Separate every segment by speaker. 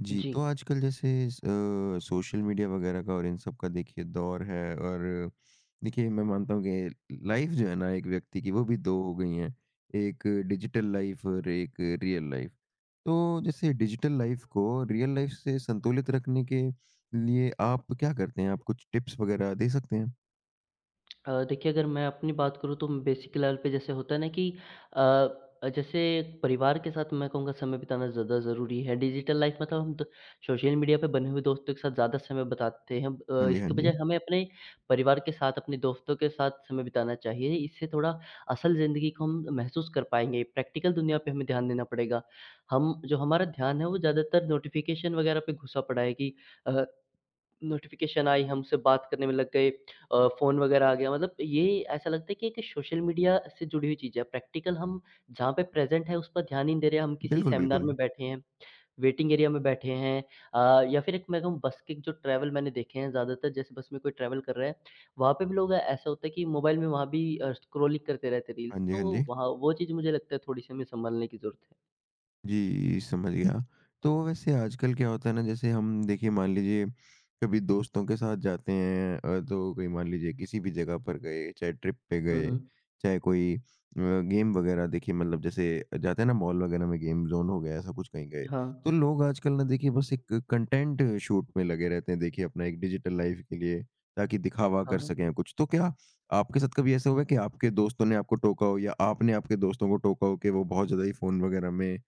Speaker 1: जी,
Speaker 2: जी।
Speaker 1: तो आजकल जैसे सोशल मीडिया वगैरह का और इन सब का देखिए दौर है और देखिए मैं मानता हूँ कि लाइफ़ जो है ना एक व्यक्ति की वो भी 2 हो गई हैं, एक डिजिटल लाइफ़ और एक रियल लाइफ़। तो जैसे डिजिटल लाइफ़ को रियल लाइफ़ से संतुलित रखने के लिए आप क्या करते हैं? आप कुछ टिप्स वगैरह दे सकते हैं?
Speaker 2: देखिए अगर मैं अपनी बात करूँ तो बेसिक लेवल पे जैसे होता है ना कि अ, जैसे परिवार के साथ मैं कहूँगा समय बिताना ज़्यादा ज़रूरी है। डिजिटल लाइफ मतलब हम द सोशल मीडिया पे बने हुए दोस्तों के साथ ज़्यादा समय बताते हैं।
Speaker 1: हाँ जी, हाँ
Speaker 2: इसके
Speaker 1: जी।
Speaker 2: बजाय हमें अपने परिवार के साथ, अपने दोस्तों के साथ समय बिताना चाहिए। इससे थोड़ा असल ज़िंदगी को हम महसूस कर पाएँगे। प्रैक्टिकल दुनिया पे हमें ध्यान देना पड़ेगा। हम जो हमारा ध्यान है वो ज़्यादातर नोटिफ़िकेशन वग़ैरह पे घुसा पड़ा है कि अ नोटिफ़िकेशन आई, हमसे बात करने में लग गए, फ़ोन वगैरह आ गया मतलब ये ऐसा लगता है कि एक सोशल मीडिया से जुड़ी हुई चीज़ है। प्रैक्टिकल हम जहाँ पे प्रेज़ेंट है उस पर ध्यान ही नहीं दे रहे हैं, हम किसी
Speaker 1: बिल्कुल,
Speaker 2: सेमिनार में
Speaker 1: बिल्कुल।
Speaker 2: बैठे हैं, वेटिंग एरिया में बैठे हैं, या फिर एक मैं कहूँ बस के जो ट्रैवल मैंने देखे हैं ज़्यादातर जैसे बस में कोई ट्रैवल कर रहा है, वहाँ पे भी लोग ऐसा होता है कि मोबाइल में वहाँ भी स्क्रॉलिंग करते रहते हैं
Speaker 1: हाँ
Speaker 2: रील्स,
Speaker 1: जी, हाँ
Speaker 2: तो
Speaker 1: जी।
Speaker 2: वहाँ वो चीज़ मुझे लगता है थोड़ी-सी हमें सँभालने की ज़रूरत है।
Speaker 1: जी, समझ गया। तो वैसे आजकल क्या होता है ना जैसे हम देखिए मान लीजिए कभी दोस्तों के साथ जाते हैं तो कहीं मान लीजिए किसी भी जगह पर गए, चाहे ट्रिप पे
Speaker 2: हुँ,
Speaker 1: गए,
Speaker 2: हुँ।
Speaker 1: चाहे कोई गेम वगैरह देखिए मतलब जैसे जाते हैं ना मॉल वगैरह में गेम ज़ोन हो गया ऐसा कुछ कहीं गए।
Speaker 2: हाँ।
Speaker 1: तो लोग आजकल ना देखिए बस एक कंटेंट शूट में लगे रहते हैं देखिए अपना एक डिजिटल लाइफ़ के लिए ताकि दिखावा
Speaker 2: हाँ,
Speaker 1: कर
Speaker 2: हाँ।
Speaker 1: सकें कुछ। तो क्या आपके साथ कभी ऐसा हुआ है कि आपके दोस्तों ने आपको टोका हो या आपने आपके दोस्तों को टोका हो कि वो बहुत ज़्यादा ही फ़ोन वगैरह में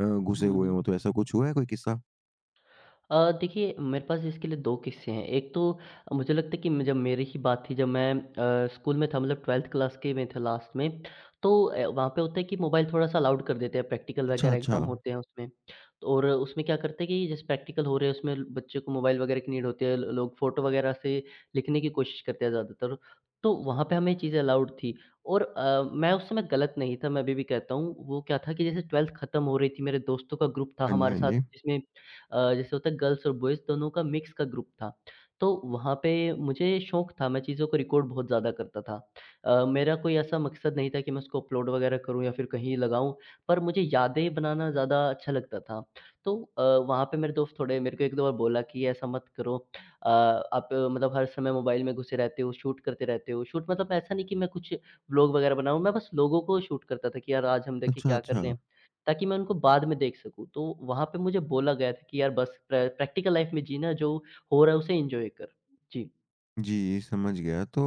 Speaker 1: घुसे
Speaker 2: हुँ,
Speaker 1: हुए
Speaker 2: हुँ।
Speaker 1: हों, तो ऐसा कुछ हुआ है कोई किस्सा?
Speaker 2: देखिए मेरे पास इसके लिए 2 किस्से हैं। एक तो मुझे लगता है कि म जब मेरी ही बात थी, जब मैं स्कूल में था, मतलब 12th क्लास के में थे लास्ट में, तो वहाँ पे होता है कि मोबाइल थोड़ा-सा अलाउड कर देते हैं, प्रैक्टिकल
Speaker 1: अच्छा,
Speaker 2: वगैरह
Speaker 1: अच्छा।
Speaker 2: एग्ज़ाम होते हैं उसमें। तो और उसमें क्या करते हैं कि जैसे प्रैक्टिकल हो रहे हैं, उसमें बच्चे को मोबाइल वगैरह की नीड होती है, ल लोग फ़ोटो वगैरह से लिखने की कोशिश करते हैं ज़्यादातर। तो वहाँ पे हमें ये चीज़ें अलाउड थी। और मैं उस समय गलत नहीं था, मैं अभी भी कहता हूँ। वो क्या था कि जैसे 12th खत्म हो रही थी, मेरे दोस्तों का ग्रुप था
Speaker 1: हाँ जी,
Speaker 2: हमारे
Speaker 1: हाँ
Speaker 2: साथ,
Speaker 1: जी।
Speaker 2: जिसमें जैसे होता है, गर्ल्स और बॉयज़ दोनों का मिक्स का ग्रुप था। तो वहाँ पे मुझे शौक था, मैं चीज़ों को रिकॉर्ड बहुत ज़्यादा करता था। मेरा कोई ऐसा मकसद नहीं था कि मैं उसको अपलोड वगैरह करूँ या फिर कहीं लगाऊँ, पर मुझे यादें बनाना ज़्यादा अच्छा लगता था। तो वहाँ पे मेरे दोस्त थोड़े मेरे को एक दो बार बोला कि ऐसा मत करो, मतलब हर समय मोबाइल में घुसे रहते हो, शूट करते रहते हो। शूट मतलब ऐसा नहीं कि मैं कुछ व्लॉग वगैरह बनाऊँ, मैं बस लोगों को शूट करता था कि यार आज हम देखें
Speaker 1: अच्छा,
Speaker 2: क्या कर
Speaker 1: अच्छा।
Speaker 2: रहे हैं, ताकि मैं उनको बाद में देख सकूँ। तो वहाँ पे मुझे बोला गया था कि यार बस प्रैक्टिकल लाइफ़ में जीना, जो हो रहा है उसे एन्जॉय कर। जी।
Speaker 1: जी, समझ गया। तो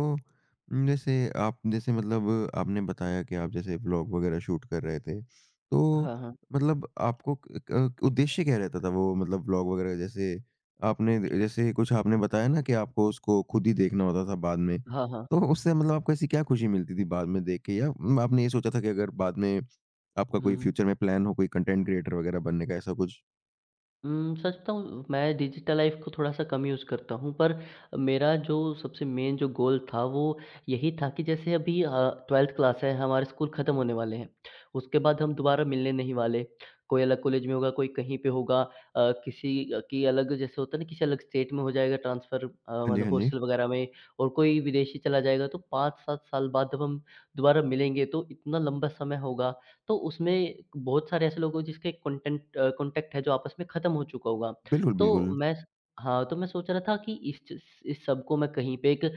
Speaker 1: जैसे आप जैसे मतलब आपने बताया कि आप जैसे व्लॉग वगैरह शूट कर रहे थे, तो
Speaker 2: हाँ, हाँ।
Speaker 1: मतलब आपको क क उद्देश्य क्या रहता था वो मतलब व्लॉग वगैरह जैसे आपने जैसे कुछ आपने बताया ना कि आपको उसको खुद ही देखना होता था बाद में,
Speaker 2: हाँ, हाँ।
Speaker 1: तो उससे मतलब आपको ऐसी क्या खुशी मिलती थी बाद में देख के या आपने ये सोचा था कि अगर बाद में आपका
Speaker 2: हुँ,
Speaker 1: कोई
Speaker 2: हुँ।
Speaker 1: फ्यूचर में प्लान हो कोई कंटेंट क्रिएटर वगैरह बनने का, ऐसा कुछ?
Speaker 2: सच बताऊँ, मैं डिजिटल लाइफ़ को थोड़ा-सा कम यूज़ करता हूँ, पर मेरा जो सबसे मेन जो गोल था, वो यही था कि जैसे अभी 12th क्लास है, हमारे स्कूल ख़त्म होने वाले हैं। उसके बाद हम दोबारा मिलने नहीं वाले, कोई अलग कॉलेज में होगा, कोई कहीं पे होगा, किसी की अलग जैसे होता है ना, किसी अलग स्टेट में हो जाएगा ट्रांसफ़र,
Speaker 1: हाँ जी,
Speaker 2: मतलब
Speaker 1: हाँ जी।
Speaker 2: हॉस्टल वग़ैरह में, और कोई विदेशी चला जाएगा। तो 5-7 साल बाद जब हम दोबारा मिलेंगे, तो इतना लंबा समय होगा, तो उसमें बहुत सारे ऐसे लोग हो जिसके कॉन्टैक्ट है जो आपस में ख़त्म हो चुका होगा।
Speaker 1: बिल्कुल,
Speaker 2: तो
Speaker 1: बिल्कुल।
Speaker 2: मैं स हाँ, तो मैं सोच रहा था कि इस सब को मैं कहीं पे एक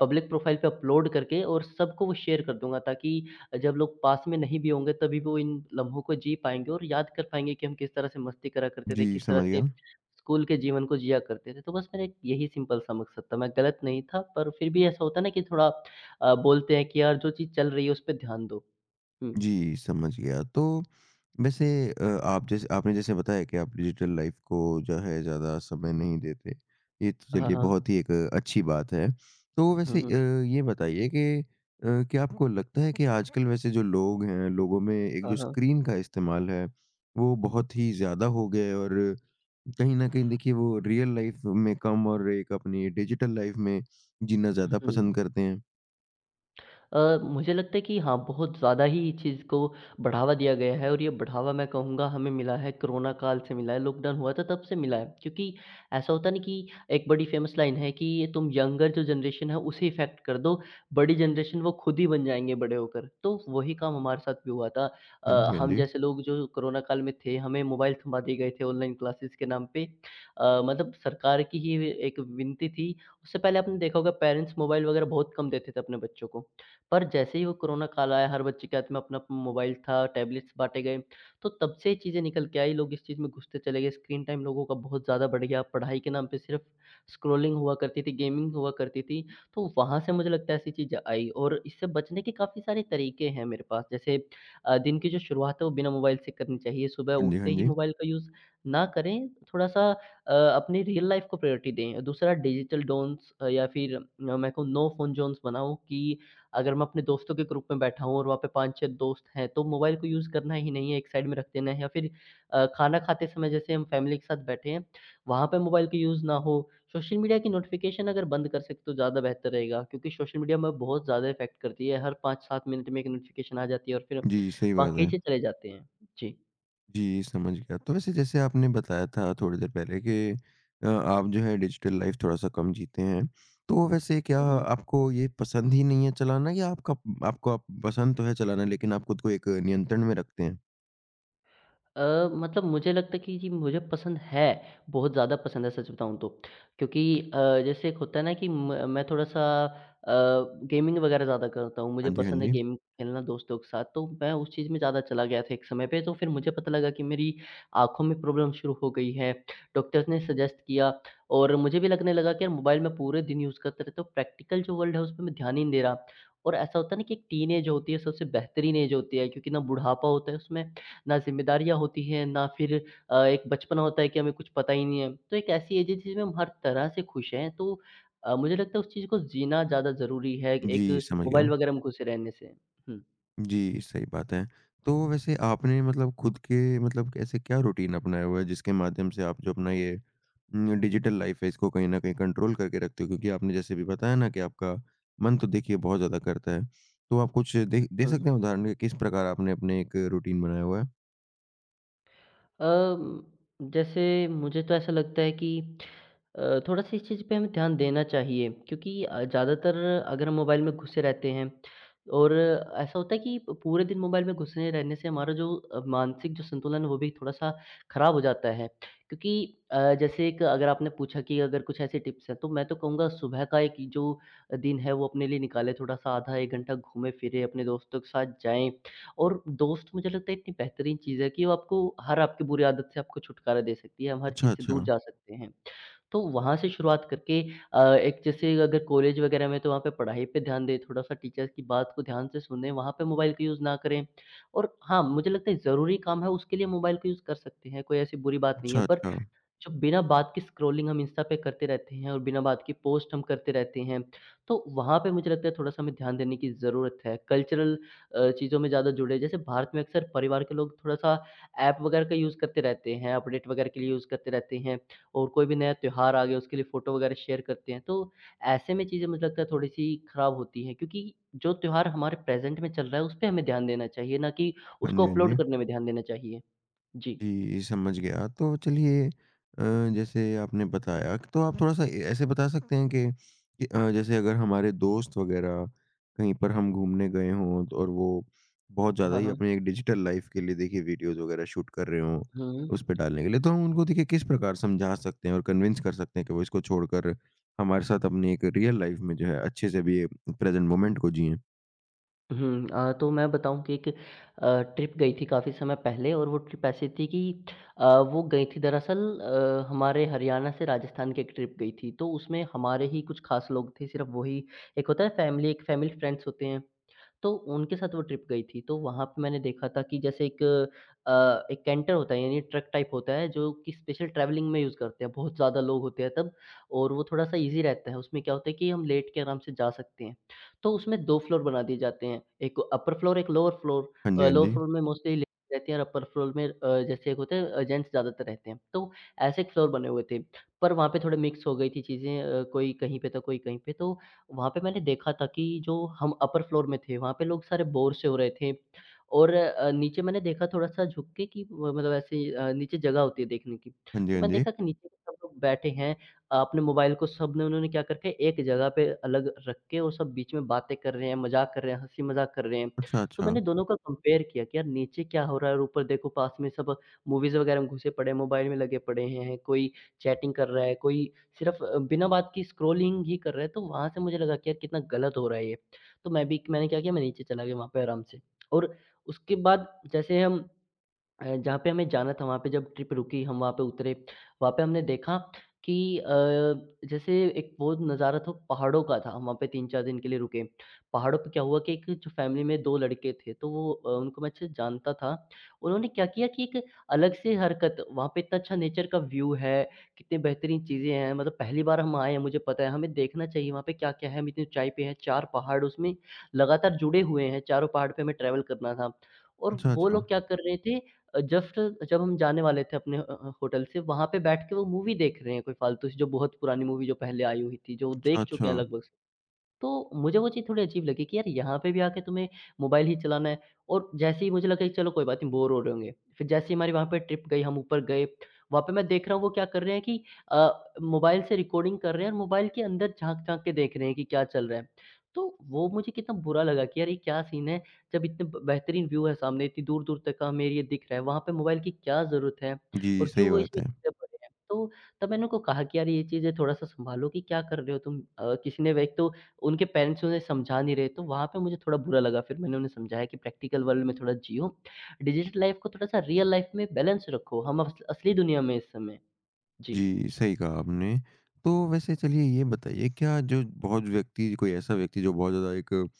Speaker 2: पब्लिक प्रोफ़ाइल पे अपलोड करके और सबको वो शेयर कर दूँगा, ताकि जब लोग पास में नहीं भी होंगे, तभी वो इन लम्हों को जी पाएँगे और याद कर पाएँगे कि हम किस तरह से मस्ती करा करते थे,
Speaker 1: जी,
Speaker 2: किस तरह
Speaker 1: समझ
Speaker 2: से
Speaker 1: गया।
Speaker 2: स्कूल के जीवन को जिया करते थे। तो बस मेरा एक यही सिंपल सा मकसद था, मैं गलत नहीं था, पर फिर भी ऐसा होता है ना कि थोड़ा बोलते हैं कि यार जो चीज़ चल रही है उस पे ध्यान दो। हुँ।
Speaker 1: जी, समझ गया। तो वैसे आप जैसे आपने जैसे बताया कि आप डिजिटल लाइफ़ को जो है ज़्यादा समय नहीं देते। ये तो
Speaker 2: हाँ,
Speaker 1: चलिए
Speaker 2: हाँ।
Speaker 1: बहुत ही एक अच्छी बात है। तो
Speaker 2: हुँ,
Speaker 1: वैसे
Speaker 2: हुँ।
Speaker 1: ये बताइए कि क्या आपको लगता है कि आजकल वैसे जो लोग हैं, लोगों में एक
Speaker 2: हाँ,
Speaker 1: जो
Speaker 2: हाँ।
Speaker 1: स्क्रीन का इस्तेमाल है, वो बहुत ही ज़्यादा हो गया है और कहीं न कहीं देखिए वो रियल लाइफ़ में कम और एक अपनी डिजिटल लाइफ़ में जीना ज़्यादा
Speaker 2: हुँ।
Speaker 1: पसंद करते हैं?
Speaker 2: मुझे लगता है कि हाँ, बहुत ज़्यादा ही इस चीज़ को बढ़ावा दिया गया है, और ये बढ़ावा मैं कहूँगा हमें मिला है, कोरोना काल से मिला है, लॉकडाउन हुआ था तब से मिला है। क्योंकि ऐसा होता है ना कि एक बड़ी फ़ेमस लाइन है कि तुम यंगर जो जनरेशन है उसे इफ़ेक्ट कर दो, बड़ी जनरेशन वो खुद ही बन जाएँगे बड़े होकर। तो वही काम हमारे साथ भी हुआ था।
Speaker 1: हाँ जी, हाँ
Speaker 2: हम
Speaker 1: जी।
Speaker 2: जैसे लोग जो कोरोना काल में थे, हमें मोबाइल थमा दिए गए थे ऑनलाइन क्लासेस के नाम पे। मतलब सरकार की ही एक विनती थी, उससे पहले आपने देखा होगा पेरेंट्स मोबाइल वगैरह बहुत कम देते थे अपने बच्चों को। पर जैसे ही वो कोरोना काल आया, हर बच्चे के हाथ में अपना-अपना मोबाइल था, टैबलेट्स बाँटे गए, तो तब से ये चीज़ें निकल के आई, लोग इस चीज़ में घुसते चले गए, स्क्रीन टाइम लोगों का बहुत ज़्यादा बढ़ गया, पढ़ाई के नाम पे सिर्फ स्क्रॉलिंग हुआ करती थी, गेमिंग हुआ करती थी, तो वहाँ से मुझे लगता है ऐसी चीज़ें आई। और इससे बचने के काफ़ी सारे तरीके हैं मेरे पास, जैसे दिन की जो शुरुआत है वो बिना मोबाइल से करनी चाहिए, सुबह
Speaker 1: हाँ जी, हाँ
Speaker 2: उठते ही
Speaker 1: जी।
Speaker 2: मोबाइल का यूज़ ना करें, थोड़ा-सा अपनी रियल लाइफ़ को प्रायोरिटी दें। दूसरा डिजिटल डोन्स या फिर, मैं कहूँ, नो फ़ोन ज़ोन्स बनाओ कि अगर मैं अपने दोस्तों के ग्रुप में बैठा हूँ और वहाँ पे 5-6 दोस्त हैं, तो मोबाइल को यूज़ करना ही नहीं है, एक साइड में रख देना है, या फिर खाना खाते समय जैसे हम फैमिली के साथ बैठे हैं, वहाँ पे मोबाइल का यूज़ ना हो। सोशल मीडिया की नोटिफ़िकेशन अगर बंद कर सकें तो ज़्यादा बेहतर रहेगा, क्योंकि सोशल मीडिया हमें बहुत ज़्यादा इफ़ेक्ट करती है, हर 5-7 मिनट में एक नोटिफ़िकेशन आ जाती है और फिर
Speaker 1: जी, सही
Speaker 2: वहाँ
Speaker 1: बात है।
Speaker 2: खींचे चले जाते हैं। जी।
Speaker 1: जी, समझ गया। तो वैसे जैसे आपने बताया था थोड़ी देर पहले कि आप जो है डिजिटल लाइफ़ थोड़ा-सा कम जीते हैं। तो वैसे क्या
Speaker 2: हुँ, हुँ।
Speaker 1: आपको ये पसंद ही नहीं है चलाना या आपका आपको आप पसंद तो है चलाना लेकिन आप खुद को एक नियंत्रण में रखते हैं?
Speaker 2: मतलब मुझे लगता है कि जी मुझे पसंद है, बहुत ज़्यादा पसंद है सच बताऊँ तो। क्योंकि जैसे एक होता है ना कि म मैं थोड़ा-सा अ, गेमिंग वगैरह ज़्यादा करता हूँ, मुझे
Speaker 1: हाँ जी, हाँ
Speaker 2: पसंद है
Speaker 1: जी।
Speaker 2: गेम खेलना दोस्तों के साथ, तो मैं उस चीज़ में ज़्यादा चला गया था एक समय पे, तो फिर मुझे पता लगा कि मेरी आँखों में प्रॉब्लम शुरू हो गई है। डॉक्टर्स ने सजेस्ट किया और मुझे भी लगने लगा कि यार मोबाइल मैं पूरे दिन यूज़ करता रहता हूँ, प्रैक्टिकल जो वर्ल्ड है उस पे मैं ध्यान ही नहीं दे रहा। और ऐसा होता है ना कि एक टीन ऐज होती है, सबसे बेहतरीन ऐज होती है, क्योंकि ना बुढ़ापा होता है उसमें, ना ज़िम्मेदारियाँ होती हैं, ना फिर एक बचपना होता है कि हमें कुछ पता ही नहीं है। तो एक ऐसी एज है जिसमें हम हर तरह से खुश हैं, तो मुझे लगता है उस चीज़ को जीना ज़्यादा ज़रूरी है, एक
Speaker 1: जी, समझ गया।
Speaker 2: मोबाइल वगैरह में घुसे रहने से। हुँ।
Speaker 1: जी, सही बात है। तो वैसे आपने मतलब खुद के मतलब ऐसे क्या रूटीन अपनाया हुआ है जिसके माध्यम से आप जो अपना ये डिजिटल लाइफ़ है इसको कहीं न कहीं कंट्रोल करके रखते हो? क्योंकि आपने जैसे भी बताया ना कि आपका मन तो देखिए बहुत ज़्यादा करता है। तो आप कुछ दे दे
Speaker 2: हुँ, हुँ।
Speaker 1: सकते हैं उदाहरण के किस प्रकार आपने अपने एक रूटीन बनाया हुआ है?
Speaker 2: अम, जैसे मुझे तो ऐसा लगता है कि थोड़ा-सा इस चीज़ पे हमें ध्यान देना चाहिए, क्योंकि ज़्यादातर अगर हम मोबाइल में घुसे रहते हैं, और ऐसा होता है कि प पूरे दिन मोबाइल में घुसे रहने से हमारा जो मानसिक जो संतुलन है, वो भी थोड़ा-सा खराब हो जाता है। क्योंकि जैसे एक, अगर आपने पूछा कि अगर कुछ ऐसे टिप्स हैं, तो मैं तो कहूँगा सुबह का एक जो दिन है वो अपने लिए निकालें, थोड़ा-सा आधा 1 घंटा घूमें-फिरें, अपने दोस्तों के साथ जाएँ, और दोस्त मुझे लगता है इतनी बेहतरीन चीज़ है कि वो आपको हर आपकी बुरी आदत से आपको छुटकारा दे सकती है, हम हर
Speaker 1: अच्छा,
Speaker 2: चीज़ से दूर
Speaker 1: अच्छा।
Speaker 2: जा सकते हैं। तो वहाँ से शुरुआत करके, एक जैसे अगर कॉलेज वगैरह में तो वहाँ पे पढ़ाई पे ध्यान दें, थोड़ा-सा टीचर्स की बात को ध्यान से सुनें, वहाँ पे मोबाइल का यूज़ ना करें। और हाँ, मुझे लगता है ज़रूरी काम है उसके लिए मोबाइल का यूज़ कर सकते हैं, कोई ऐसी बुरी बात नहीं है,
Speaker 1: अच्छा,
Speaker 2: पर
Speaker 1: अच्छा।
Speaker 2: जो बिना बात की स्क्रॉलिंग हम इंस्टा पे करते रहते हैं और बिना बात की पोस्ट हम करते रहते हैं, तो वहाँ पे मुझे लगता है थोड़ा-सा हमें ध्यान देने की ज़रूरत है। कल्चरल चीज़ों में ज़्यादा जुड़े, जैसे भारत में अक्सर परिवार के लोग थोड़ा-सा ऐप वगैरह का यूज़ करते रहते हैं, अपडेट वगैरह के लिए यूज़ करते रहते हैं, और कोई भी नया त्योहार आ गया उसके लिए फ़ोटो वगैरह शेयर करते हैं। तो ऐसे में चीज़ें मुझे लगता है थोड़ी-सी खराब होती हैं, क्योंकि जो त्योहार हमारे प्रेज़ेंट में चल रहा है उस पे हमें ध्यान देना चाहिए, ना कि
Speaker 1: हाँ जी,
Speaker 2: उसको
Speaker 1: हाँ
Speaker 2: अपलोड
Speaker 1: जी।
Speaker 2: करने में ध्यान देना चाहिए। जी।
Speaker 1: जी, समझ गया। तो चलिए अ, जैसे आपने बताया तो आप थोड़ा-सा ए ऐसे बता सकते हैं कि जैसे अगर हमारे दोस्त वग़ैरह कहीं पर हम घूमने गए हों तो और वो बहुत ज़्यादा
Speaker 2: हाँ,
Speaker 1: ही
Speaker 2: हाँ।
Speaker 1: अपने एक डिजिटल लाइफ़ के लिए देखिए वीडियोज़ वग़ैरह शूट कर रहे हों,
Speaker 2: हुँ,
Speaker 1: उस
Speaker 2: हुँ।
Speaker 1: पे डालने के लिए, तो हम उनको देखिए किस प्रकार समझा सकते हैं और कन्विंस कर सकते हैं कि वो इसको छोड़कर हमारे साथ अपनी एक रियल लाइफ़ में जो है अच्छे से भी प्रेज़ेंट मोमेंट को जिएँ?
Speaker 2: हुँ, तो मैं बताऊँ कि एक ट्रिप गई थी काफ़ी समय पहले और वो ट्रिप ऐसी थी कि अ, वो गई थी दरअसल, हमारे हरियाणा से राजस्थान की एक ट्रिप गई थी। तो उसमें हमारे ही कुछ ख़ास लोग थे, सिर्फ़ वही एक होता है फैमिली एक फैमिली फ्रेंड्स होते हैं, तो उनके साथ वो ट्रिप गई थी, तो वहाँ पे मैंने देखा था कि जैसे एक, एक कैंटर होता है यानी ट्रक टाइप होता है जो कि स्पेशल ट्रैवलिंग में यूज़ करते हैं, बहुत ज़्यादा लोग होते हैं तब और वो थोड़ा-सा ईज़ी रहता है, उसमें क्या होता है कि हम लेट के आराम से जा सकते हैं। तो उसमें 2 फ्लोर बना दिए जाते हैं, एक अपर फ्लोर, एक लोअर फ्लोर।
Speaker 1: हाँ जी, हाँ
Speaker 2: लोअर
Speaker 1: जी।
Speaker 2: फ्लोर में मोस्टली लेडीज़ रहती हैं और अपर फ्लोर में, जैसे एक होते हैं, जेंट्स ज़्यादातर रहते हैं, तो ऐसे एक फ्लोर बने हुए थे, पर वहाँ पे थोड़े मिक्स हो गई थी चीज़ें, कोई कहीं पे था, कोई कहीं पे, तो वहाँ पे मैंने देखा था कि जो हम अपर फ्लोर में थे, वहाँ पे लोग सारे बोर से हो रहे थे और नीचे मैंने देखा थोड़ा-सा झुक के कि व मतलब ऐसे ही, नीचे जगह होती है देखने की।
Speaker 1: हाँ जी,
Speaker 2: तो
Speaker 1: हाँ
Speaker 2: मैंने
Speaker 1: जी।
Speaker 2: देखा कि नीचे सब लोग बैठे हैं, अपने मोबाइल को सबने उन्होंने क्या करके एक जगह पे अलग रख के और सब बीच में बातें कर रहे हैं, मज़ाक कर रहे हैं, हँसी-मज़ाक कर रहे हैं।
Speaker 1: अच्छा,
Speaker 2: तो
Speaker 1: अच्छा।
Speaker 2: मैंने दोनों का कंपेयर किया कि यार नीचे क्या हो रहा है और ऊपर देखो पास में सब मूवीज़ वगैरह में घुसे पड़े हैं, मोबाइल में लगे पड़े हैं, कोई चैटिंग कर रहा है, कोई सिर्फ़, बिना बात की स्क्रॉलिंग ही कर रहे हैं, तो वहाँ से मुझे लगा कि यार कितना गलत हो रहा है ये। तो मैं भी मैंने क्या किया मैं नीचे चला गया वहाँ पे आराम से और उसके बाद जैसे हम, जहाँ पे हमें जाना था वहाँ पे जब ट्रिप रुकी हम वहाँ पे उतरे, वहाँ पे हमने देखा कि, जैसे एक वो नज़ारा था पहाड़ों का था, हम वहाँ पे 3-4 दिन के लिए रुके। पहाड़ों पे क्या हुआ कि एक जो फैमिली में 2 लड़के थे तो वो, उनको मैं अच्छे से जानता था। उन्होंने क्या किया कि एक अलग से हरकत वहाँ पे इतना अच्छा नेचर का व्यू है, कितनी बेहतरीन चीज़ें हैं, मतलब पहली बार हम आए हैं मुझे पता है हमें देखना चाहिए वहाँ पे क्या-क्या है, हम इतनी ऊँचाई पे हैं, 4 पहाड़ उसमें लगातार जुड़े हुए हैं, चारों पहाड़ पे हमें ट्रैवल करना था। और
Speaker 1: अच्छा,
Speaker 2: वो
Speaker 1: अच्छा।
Speaker 2: लोग क्या कर रहे थे, जस्ट जब हम जाने वाले थे अपने होटल से, वहाँ पे बैठ के वो मूवी देख रहे हैं कोई फ़ालतू सी, जो बहुत पुरानी मूवी जो पहले आई हुई थी, जो
Speaker 1: अच्छा,
Speaker 2: देख चुके
Speaker 1: अच्छा।
Speaker 2: हैं लगभग। तो मुझे वो चीज़ थोड़ी अजीब लगी कि यार यहाँ पे भी आके तुम्हें मोबाइल ही चलाना है और जैसे ही मुझे लगा कि चलो कोई बात नहीं बोर हो रहे होंगे। फिर जैसे ही हमारी वहाँ पे ट्रिप गई हम ऊपर गए, वहाँ पे मैं देख रहा हूँ वो क्या कर रहे हैं कि, मोबाइल से रिकॉर्डिंग कर रहे हैं और मोबाइल के अंदर झाँक-झाँक के देख रहे हैं कि क्या चल रहा है। तो वो मुझे कितना बुरा लगा कि यार ये क्या सीन है, जब इतने ब बेहतरीन व्यू है सामने इतनी दूर-दूर तक का हमें एरिया दिख रहा है, वहाँ पे मोबाइल की क्या ज़रूरत है
Speaker 1: जी,
Speaker 2: और क्यों
Speaker 1: सही
Speaker 2: वो
Speaker 1: बात
Speaker 2: इसमें
Speaker 1: है।
Speaker 2: घुसे पड़े हैं। तो तब मैंने उनको कहा कि यार ये चीज़ें थोड़ा-सा सँभालो कि क्या कर रहे हो तुम? किसी ने एक तो उनके पेरेंट्स उन्हें समझा नहीं रहे, तो वहाँ पे मुझे थोड़ा बुरा लगा। फिर मैंने उन्हें समझाया कि प्रैक्टिकल वर्ल्ड में थोड़ा जियो, डिजिटल लाइफ को थोड़ा-सा रियल लाइफ में बैलेंस रखो। हम अस असली दुनिया में इस समय जी।
Speaker 1: जी, सही कहा आपने। तो वैसे चलिए ये बताइए क्या जो बहुत व्यक्ति कोई ऐसा व्यक्ति जो बहुत ज़्यादा एक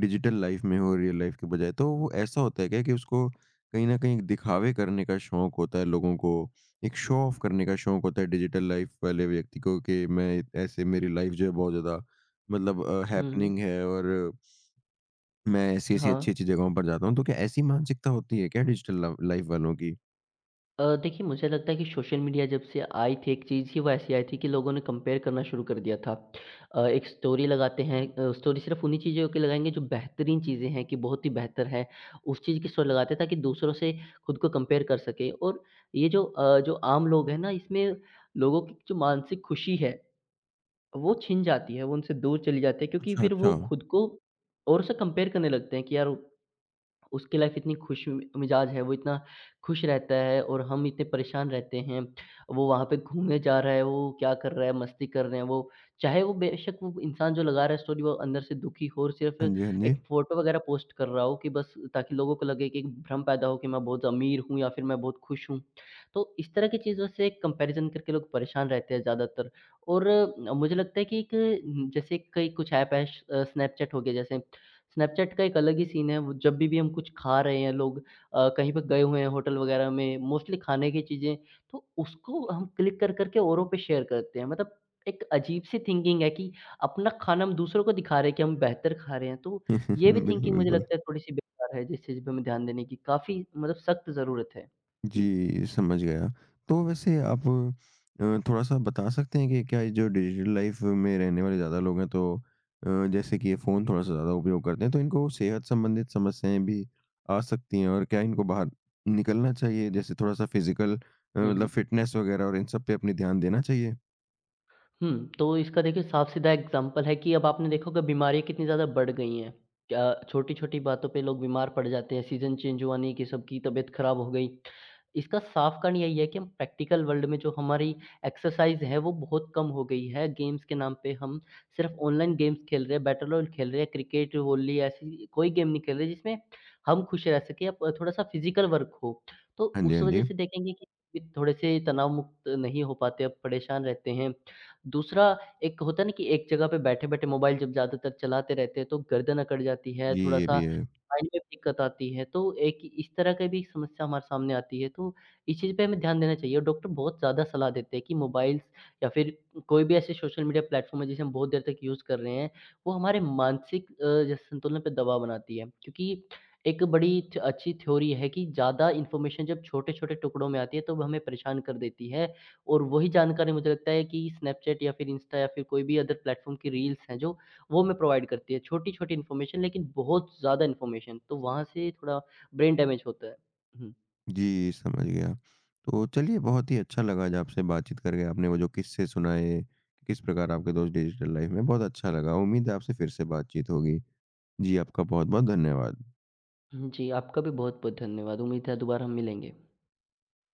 Speaker 1: डिजिटल लाइफ़ में हो रियल लाइफ़ के बजाए, तो वो ऐसा होता है क्या कि उसको कहीं न कहीं एक दिखावे करने का शौक होता है लोगों को, एक शो ऑफ करने का शौक होता है डिजिटल लाइफ़ वाले व्यक्ति को कि मैं ऐसे मेरी लाइफ़ जो है बहुत ज़्यादा मतलब
Speaker 2: हुँ, हुँ।
Speaker 1: हैपनिंग है और मैं ऐसी-ऐसी
Speaker 2: हाँ।
Speaker 1: अच्छी-अच्छी जगहों पर जाता हूँ। तो क्या ऐसी मानसिकता होती है क्या डिजिटल लव लाइफ़ वालों की?
Speaker 2: देखिए मुझे लगता है कि सोशल मीडिया जब से आई थी एक चीज़ ही वो ऐसी आई थी कि लोगों ने कंपेयर करना शुरू कर दिया था। एक स्टोरी लगाते हैं, स्टोरी सिर्फ़ उन्हीं चीज़ों की लगाएँगे जो बेहतरीन चीज़ें हैं कि बहुत ही बेहतर है, उस चीज़ की स्टोरी लगाते हैं ताकि दूसरों से खुद को कंपेयर कर सकें। और ये जो, जो आम लोग हैं ना इसमें लोगों की जो मानसिक खुशी है, वो छिन जाती है, वो उनसे दूर चली जाती है क्योंकि
Speaker 1: अच्छा,
Speaker 2: फिर
Speaker 1: अच्छा।
Speaker 2: वो खुद को औरों से कंपेयर करने लगते हैं कि यार उसकी लाइफ इतनी खुश मिजाज है, वो इतना खुश रहता है और हम इतने परेशान रहते हैं। वो वहाँ पे घूमने जा रहा है, वो क्या कर रहा है, मस्ती कर रहे हैं वो। चाहे वो बेशक वो इंसान जो लगा रहा है स्टोरी वो अंदर से दुखी हो और सिर्फ़
Speaker 1: हाँ जी, हाँ
Speaker 2: एक
Speaker 1: जी।
Speaker 2: फ़ोटो वगैरह पोस्ट कर रहा हो कि बस ताकि लोगों को लगे कि एक भ्रम पैदा हो कि मैं बहुत अमीर हूँ या फिर मैं बहुत खुश हूँ। तो इस तरह की चीज़ों से कंपैरिज़न करके लोग परेशान रहते हैं ज़्यादातर और, मुझे लगता है कि एक, जैसे कई कुछ ऐप है स स्नैपचैट हो गया जैसे। स्नैपचैट का एक अलग ही सीन है, वो जब भी हम कुछ खा रहे हैं लोग, कहीं पे गए हुए हैं होटल वगैरह में, मोस्टली खाने की चीज़ें, तो उसको हम क्लिक कर कर के औरों पे शेयर करते हैं। मतलब एक अजीब-सी थिंकिंग है कि अपना खाना हम दूसरों को दिखा रहे हैं कि हम बेहतर खा रहे हैं, तो ये भी
Speaker 1: बिल्कुल,
Speaker 2: थिंकिंग मुझे
Speaker 1: बिल्कुल।
Speaker 2: लगता है थोड़ी-सी बेकार है, जिस चीज़ पे हमें ध्यान देने की काफ़ी मतलब सख्त ज़रूरत है। हुँ।
Speaker 1: जी, समझ गया। तो वैसे आप थोड़ा-सा बता सकते हैं कि क्या ये जो डिजिटल लाइफ़ में रहने वाले ज़्यादा लोग हैं तो जैसे कि ये फ़ोन थोड़ा-सा ज़्यादा उपयोग करते हैं, तो इनको सेहत संबंधित समस्याएँ भी आ सकती हैं और क्या इनको बाहर निकलना चाहिए? जैसे थोड़ा-सा फ़िज़िकल
Speaker 2: हुँ,
Speaker 1: मतलब
Speaker 2: हुँ।
Speaker 1: फ़िटनेस वगैरह और इन सब पे अपनी ध्यान देना चाहिए?
Speaker 2: हुँ, तो इसका देखिए साफ-सीधा एग्ज़ाम्पल है कि अब आपने देखा होगा बीमारियाँ कितनी ज़्यादा बढ़ गई हैं। क्या छोटी-छोटी बातों पे लोग बीमार पड़ जाते हैं, सीज़न चेंज हुआ नहीं कि सबकी तबीयत ख़राब हो गई। इसका साफ कारण यही है कि हम प्रैक्टिकल वर्ल्ड में जो हमारी एक्सरसाइज़ है, वो बहुत कम हो गई है। गेम्स के नाम पे हम सिर्फ़ ऑनलाइन गेम्स खेल रहे हैं, बैटल रॉयल खेल रहे हैं, क्रिकेट, वॉली ऐसी कोई गेम नहीं खेल रहे जिसमें हम खुश रह सकें या प थोड़ा-सा फ़िज़िकल वर्क हो। तो
Speaker 1: हाँ जी,
Speaker 2: उस
Speaker 1: हाँ
Speaker 2: वज़ह
Speaker 1: जी।
Speaker 2: से देखेंगे कि थोड़े-से तनाव मुक्त नहीं हो पाते, अब परेशान रहते हैं। दूसरा एक होता है ना कि एक जगह पे बैठे-बैठे मोबाइल जब ज़्यादातर चलाते रहते हैं तो गर्दन अकड़ जाती है,
Speaker 1: जी, ये
Speaker 2: थोड़ा-सा
Speaker 1: भी है।
Speaker 2: माइंड में दिक्कत आती है, तो एक इस तरह की भी समस्या हमारे सामने आती है, तो इस चीज़ पे हमें ध्यान देना चाहिए और डॉक्टर बहुत ज़्यादा सलाह देते हैं कि मोबाइल्स या फिर कोई भी ऐसे सोशल मीडिया प्लेटफ़ॉर्म है जिसे हम बहुत देर तक यूज़ कर रहे हैं, वो हमारे मानसिक, जैसे संतुलन पे दबाव बनाती है। क्योंकि एक बड़ी थ अच्छी थ्योरी है कि ज़्यादा इन्फॉर्मेशन जब छोटे-छोटे टुकड़ों में आती है, तो वो हमें परेशान कर देती है और वही जानकारी मुझे लगता है कि स्नैपचैट या फिर इंस्टा या फिर कोई भी अदर प्लेटफ़ॉर्म की रील्स हैं जो, वो हमें प्रोवाइड करती है। छोटी-छोटी इन्फॉर्मेशन लेकिन बहुत ज़्यादा इन्फॉर्मेशन, तो वहाँ से थोड़ा ब्रेन डैमेज होता है। हुँ।
Speaker 1: जी, समझ गया। तो चलिए बहुत ही अच्छा लगा आज आपसे बातचीत करके, आपने वो जो किस्से सुनाए, किस प्रकार आपके दोस्त डिजिटल लाइफ़ में बहुत अच्छा लगा। उम्मीद है आपसे फिर से बातचीत होगी। जी, आपका बहुत-बहुत धन्यवाद।
Speaker 2: हुँ, जी, आपका भी बहुत-बहुत धन्यवाद। उम्मीद है दोबारा हम मिलेंगे।